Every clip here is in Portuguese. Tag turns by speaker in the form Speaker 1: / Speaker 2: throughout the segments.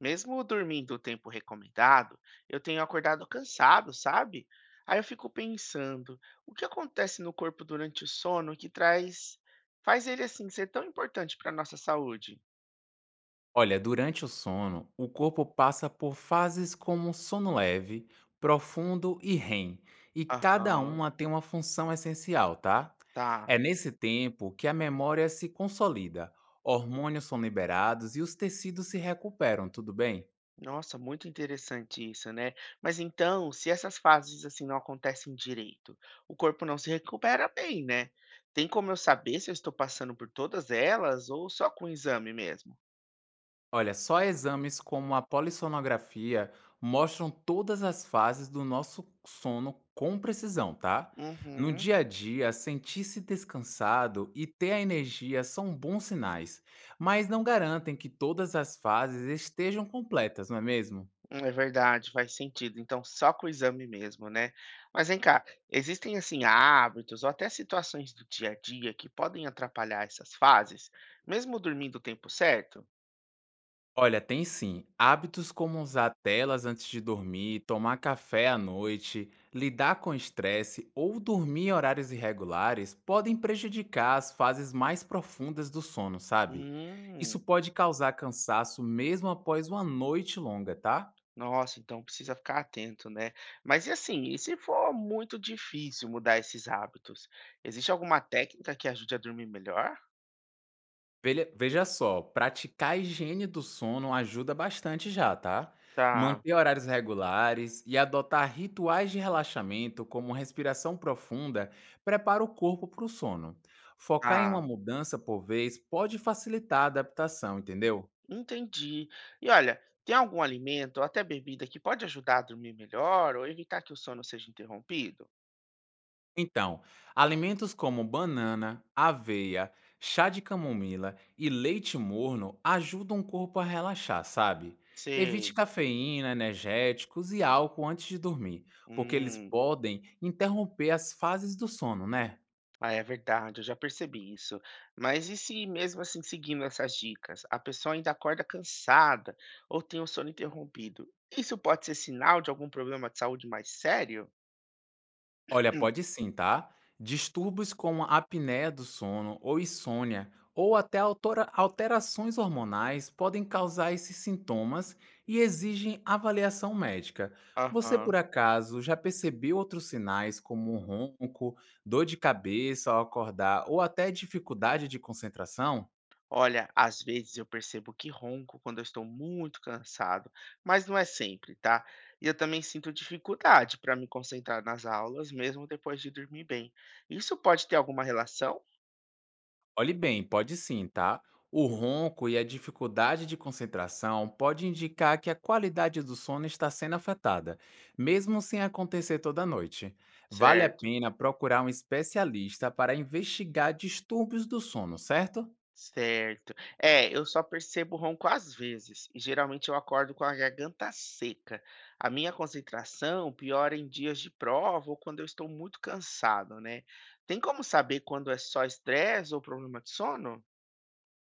Speaker 1: Mesmo dormindo o tempo recomendado, eu tenho acordado cansado, sabe? Aí eu fico pensando, o que acontece no corpo durante o sono que traz, faz ele assim ser tão importante para nossa saúde?
Speaker 2: Olha, durante o sono, o corpo passa por fases como sono leve, profundo e REM, e cada
Speaker 1: Aham,
Speaker 2: uma tem uma função essencial, tá?
Speaker 1: tá.
Speaker 2: É nesse tempo que a memória se consolida, hormônios são liberados e os tecidos se recuperam, tudo bem?
Speaker 1: Nossa, muito interessante isso, né? Mas então, se essas fases assim não acontecem direito, o corpo não se recupera bem, né? Tem como eu saber se eu estou passando por todas elas ou só com o exame mesmo?
Speaker 2: Olha, só exames como a polissonografia mostram todas as fases do nosso sono com precisão, tá? No
Speaker 1: Uhum.
Speaker 2: dia a dia, sentir-se descansado e ter a energia são bons sinais, mas não garantem que todas as fases estejam completas, não é mesmo?
Speaker 1: É verdade, faz sentido. Então, só com o exame mesmo, né? Mas vem cá, existem assim hábitos ou até situações do dia a dia que podem atrapalhar essas fases, mesmo dormindo o tempo certo?
Speaker 2: Olha, tem sim. Hábitos como usar telas antes de dormir, tomar café à noite, lidar com estresse ou dormir em horários irregulares podem prejudicar as fases mais profundas do sono, sabe? Isso
Speaker 1: Hum,
Speaker 2: pode causar cansaço mesmo após uma noite longa, tá?
Speaker 1: nossa, então precisa ficar atento, né? Mas e assim, e se for muito difícil mudar esses hábitos? Existe alguma técnica que ajude a dormir melhor?
Speaker 2: Velha veja só, praticar a higiene do sono ajuda bastante já, tá?
Speaker 1: Tá,
Speaker 2: Manter horários regulares e adotar rituais de relaxamento, como respiração profunda, prepara o corpo para o sono. Focar em uma
Speaker 1: tá.
Speaker 2: mudança por vez pode facilitar a adaptação, entendeu?
Speaker 1: Entendi. E olha, tem algum alimento ou até bebida que pode ajudar a dormir melhor ou evitar que o sono seja interrompido?
Speaker 2: Então, alimentos como banana, aveia, chá de camomila e leite morno ajudam o corpo a relaxar, sabe? Evite
Speaker 1: Sei.
Speaker 2: cafeína, energéticos e álcool antes de dormir, porque eles
Speaker 1: Hum,
Speaker 2: podem interromper as fases do sono, né?
Speaker 1: ah, é verdade, eu já percebi isso. Mas e se mesmo assim seguindo essas dicas, a pessoa ainda acorda cansada ou tem o sono interrompido? Isso pode ser sinal de algum problema de saúde mais sério?
Speaker 2: Olha, pode sim, tá? Distúrbios como a apneia do sono ou insônia, ou até alterações hormonais podem causar esses sintomas e exigem avaliação médica. Você, por
Speaker 1: Aham.
Speaker 2: acaso, já percebeu outros sinais como um ronco, dor de cabeça ao acordar ou até dificuldade de concentração?
Speaker 1: Olha, às vezes eu percebo que ronco quando eu estou muito cansado, mas não é sempre, tá? E eu também sinto dificuldade para me concentrar nas aulas, mesmo depois de dormir bem. Isso pode ter alguma relação?
Speaker 2: Olhe bem, pode sim, tá? O ronco e a dificuldade de concentração pode indicar que a qualidade do sono está sendo afetada, mesmo sem acontecer toda noite. Vale a
Speaker 1: Certo,
Speaker 2: pena procurar um especialista para investigar distúrbios do sono, certo?
Speaker 1: certo. É, eu só percebo ronco às vezes, e geralmente eu acordo com a garganta seca. A minha concentração piora em dias de prova ou quando eu estou muito cansado, né? Tem como saber quando é só estresse ou problema de sono?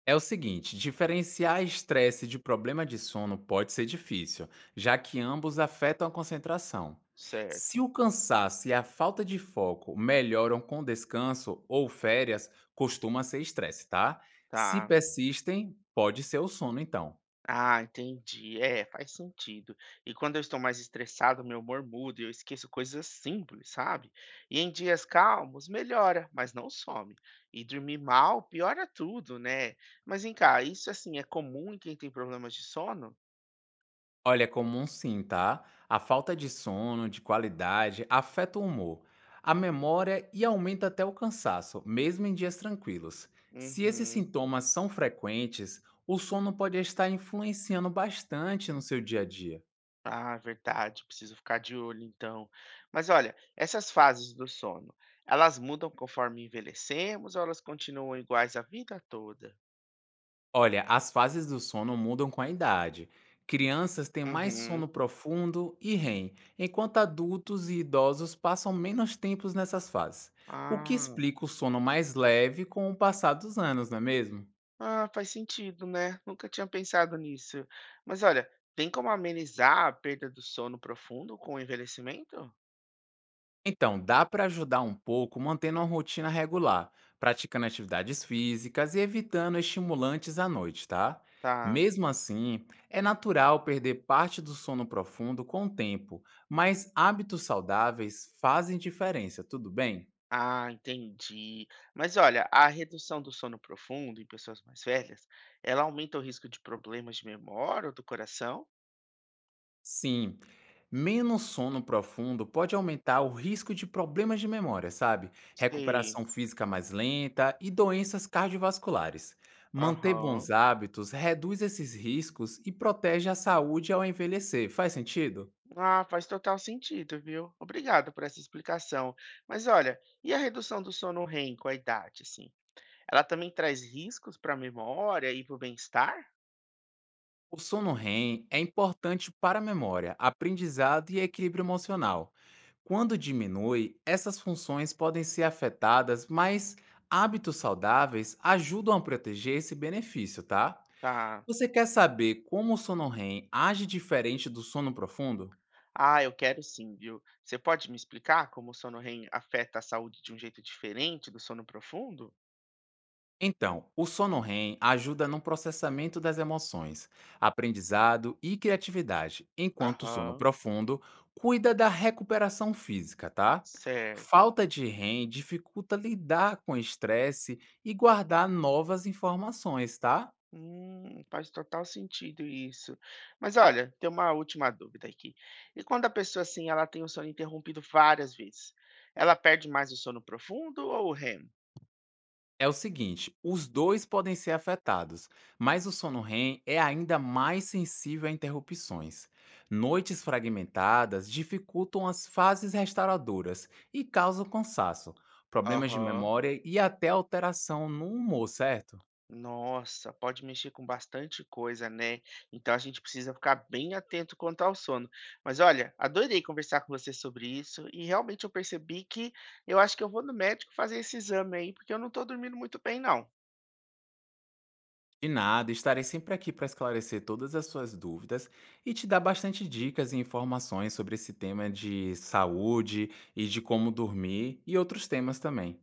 Speaker 2: É o seguinte, diferenciar estresse de problema de sono pode ser difícil, já que ambos afetam a concentração. Se
Speaker 1: Certo,
Speaker 2: o cansaço e a falta de foco melhoram com descanso ou férias, costuma ser estresse, tá? Se
Speaker 1: tá.
Speaker 2: persistem, pode ser o sono então.
Speaker 1: Ah, entendi. É, faz sentido. E quando eu estou mais estressado, meu humor muda e eu esqueço coisas simples, sabe? E em dias calmos, melhora, mas não some. E dormir mal piora tudo, né? Mas vem cá, isso assim é comum em quem tem problemas de sono?
Speaker 2: Olha, é comum sim, tá? A falta de sono, de qualidade, afeta o humor, a memória e aumenta até o cansaço, mesmo em dias tranquilos. Se esses
Speaker 1: Uhum.
Speaker 2: sintomas são frequentes, o sono pode estar influenciando bastante no seu dia a dia.
Speaker 1: Ah, verdade. Preciso ficar de olho então. Mas olha, essas fases do sono, elas mudam conforme envelhecemos ou elas continuam iguais a vida toda?
Speaker 2: Olha, as fases do sono mudam com a idade. Crianças têm mais sono
Speaker 1: Uhum.
Speaker 2: profundo e REM, enquanto adultos e idosos passam menos tempos nessas fases. O que
Speaker 1: Ah.
Speaker 2: explica o sono mais leve com o passar dos anos, não é mesmo?
Speaker 1: Ah, faz sentido, né? Nunca tinha pensado nisso. Mas olha, tem como amenizar a perda do sono profundo com o envelhecimento?
Speaker 2: Então, dá para ajudar um pouco mantendo uma rotina regular, praticando atividades físicas e evitando estimulantes à noite, tá?
Speaker 1: Tá.
Speaker 2: Mesmo assim, é natural perder parte do sono profundo com o tempo, mas hábitos saudáveis fazem diferença, tudo bem?
Speaker 1: Ah, entendi. Mas olha, a redução do sono profundo em pessoas mais velhas, ela aumenta o risco de problemas de memória ou do coração?
Speaker 2: Sim, menos sono profundo pode aumentar o risco de problemas de memória, sabe?
Speaker 1: Sim.
Speaker 2: Recuperação física mais lenta e doenças cardiovasculares. Manter
Speaker 1: Aham.
Speaker 2: bons hábitos reduz esses riscos e protege a saúde ao envelhecer. Faz sentido?
Speaker 1: Ah, faz total sentido, viu? Obrigado por essa explicação. Mas olha, e a redução do sono REM com a idade, assim? Ela também traz riscos para a memória e para o bem-estar?
Speaker 2: O sono REM é importante para a memória, aprendizado e equilíbrio emocional. Quando diminui, essas funções podem ser afetadas, mas hábitos saudáveis ajudam a proteger esse benefício, tá?
Speaker 1: Tá.
Speaker 2: Você quer saber como o sono REM age diferente do sono profundo?
Speaker 1: Ah, eu quero sim, viu? Você pode me explicar como o sono REM afeta a saúde de um jeito diferente do sono profundo?
Speaker 2: Então, o sono REM ajuda no processamento das emoções, aprendizado e criatividade, enquanto o sono
Speaker 1: Aham,
Speaker 2: profundo cuida da recuperação física, tá?
Speaker 1: certo.
Speaker 2: Falta de REM dificulta lidar com estresse e guardar novas informações, tá?
Speaker 1: Faz total sentido isso. Mas olha, tem uma última dúvida aqui. E quando a pessoa assim, ela tem o sono interrompido várias vezes, ela perde mais o sono profundo ou o REM?
Speaker 2: É o seguinte, os dois podem ser afetados, mas o sono REM é ainda mais sensível a interrupções. Noites fragmentadas dificultam as fases restauradoras e causam cansaço, problemas de
Speaker 1: Aham.
Speaker 2: memória e até alteração no humor, certo?
Speaker 1: Nossa, pode mexer com bastante coisa, né? Então a gente precisa ficar bem atento quanto ao sono. Mas olha, adorei conversar com você sobre isso e realmente eu percebi que eu acho que eu vou no médico fazer esse exame aí, porque eu não tô dormindo muito bem, não.
Speaker 2: De nada, estarei sempre aqui para esclarecer todas as suas dúvidas e te dar bastante dicas e informações sobre esse tema de saúde e de como dormir e outros temas também.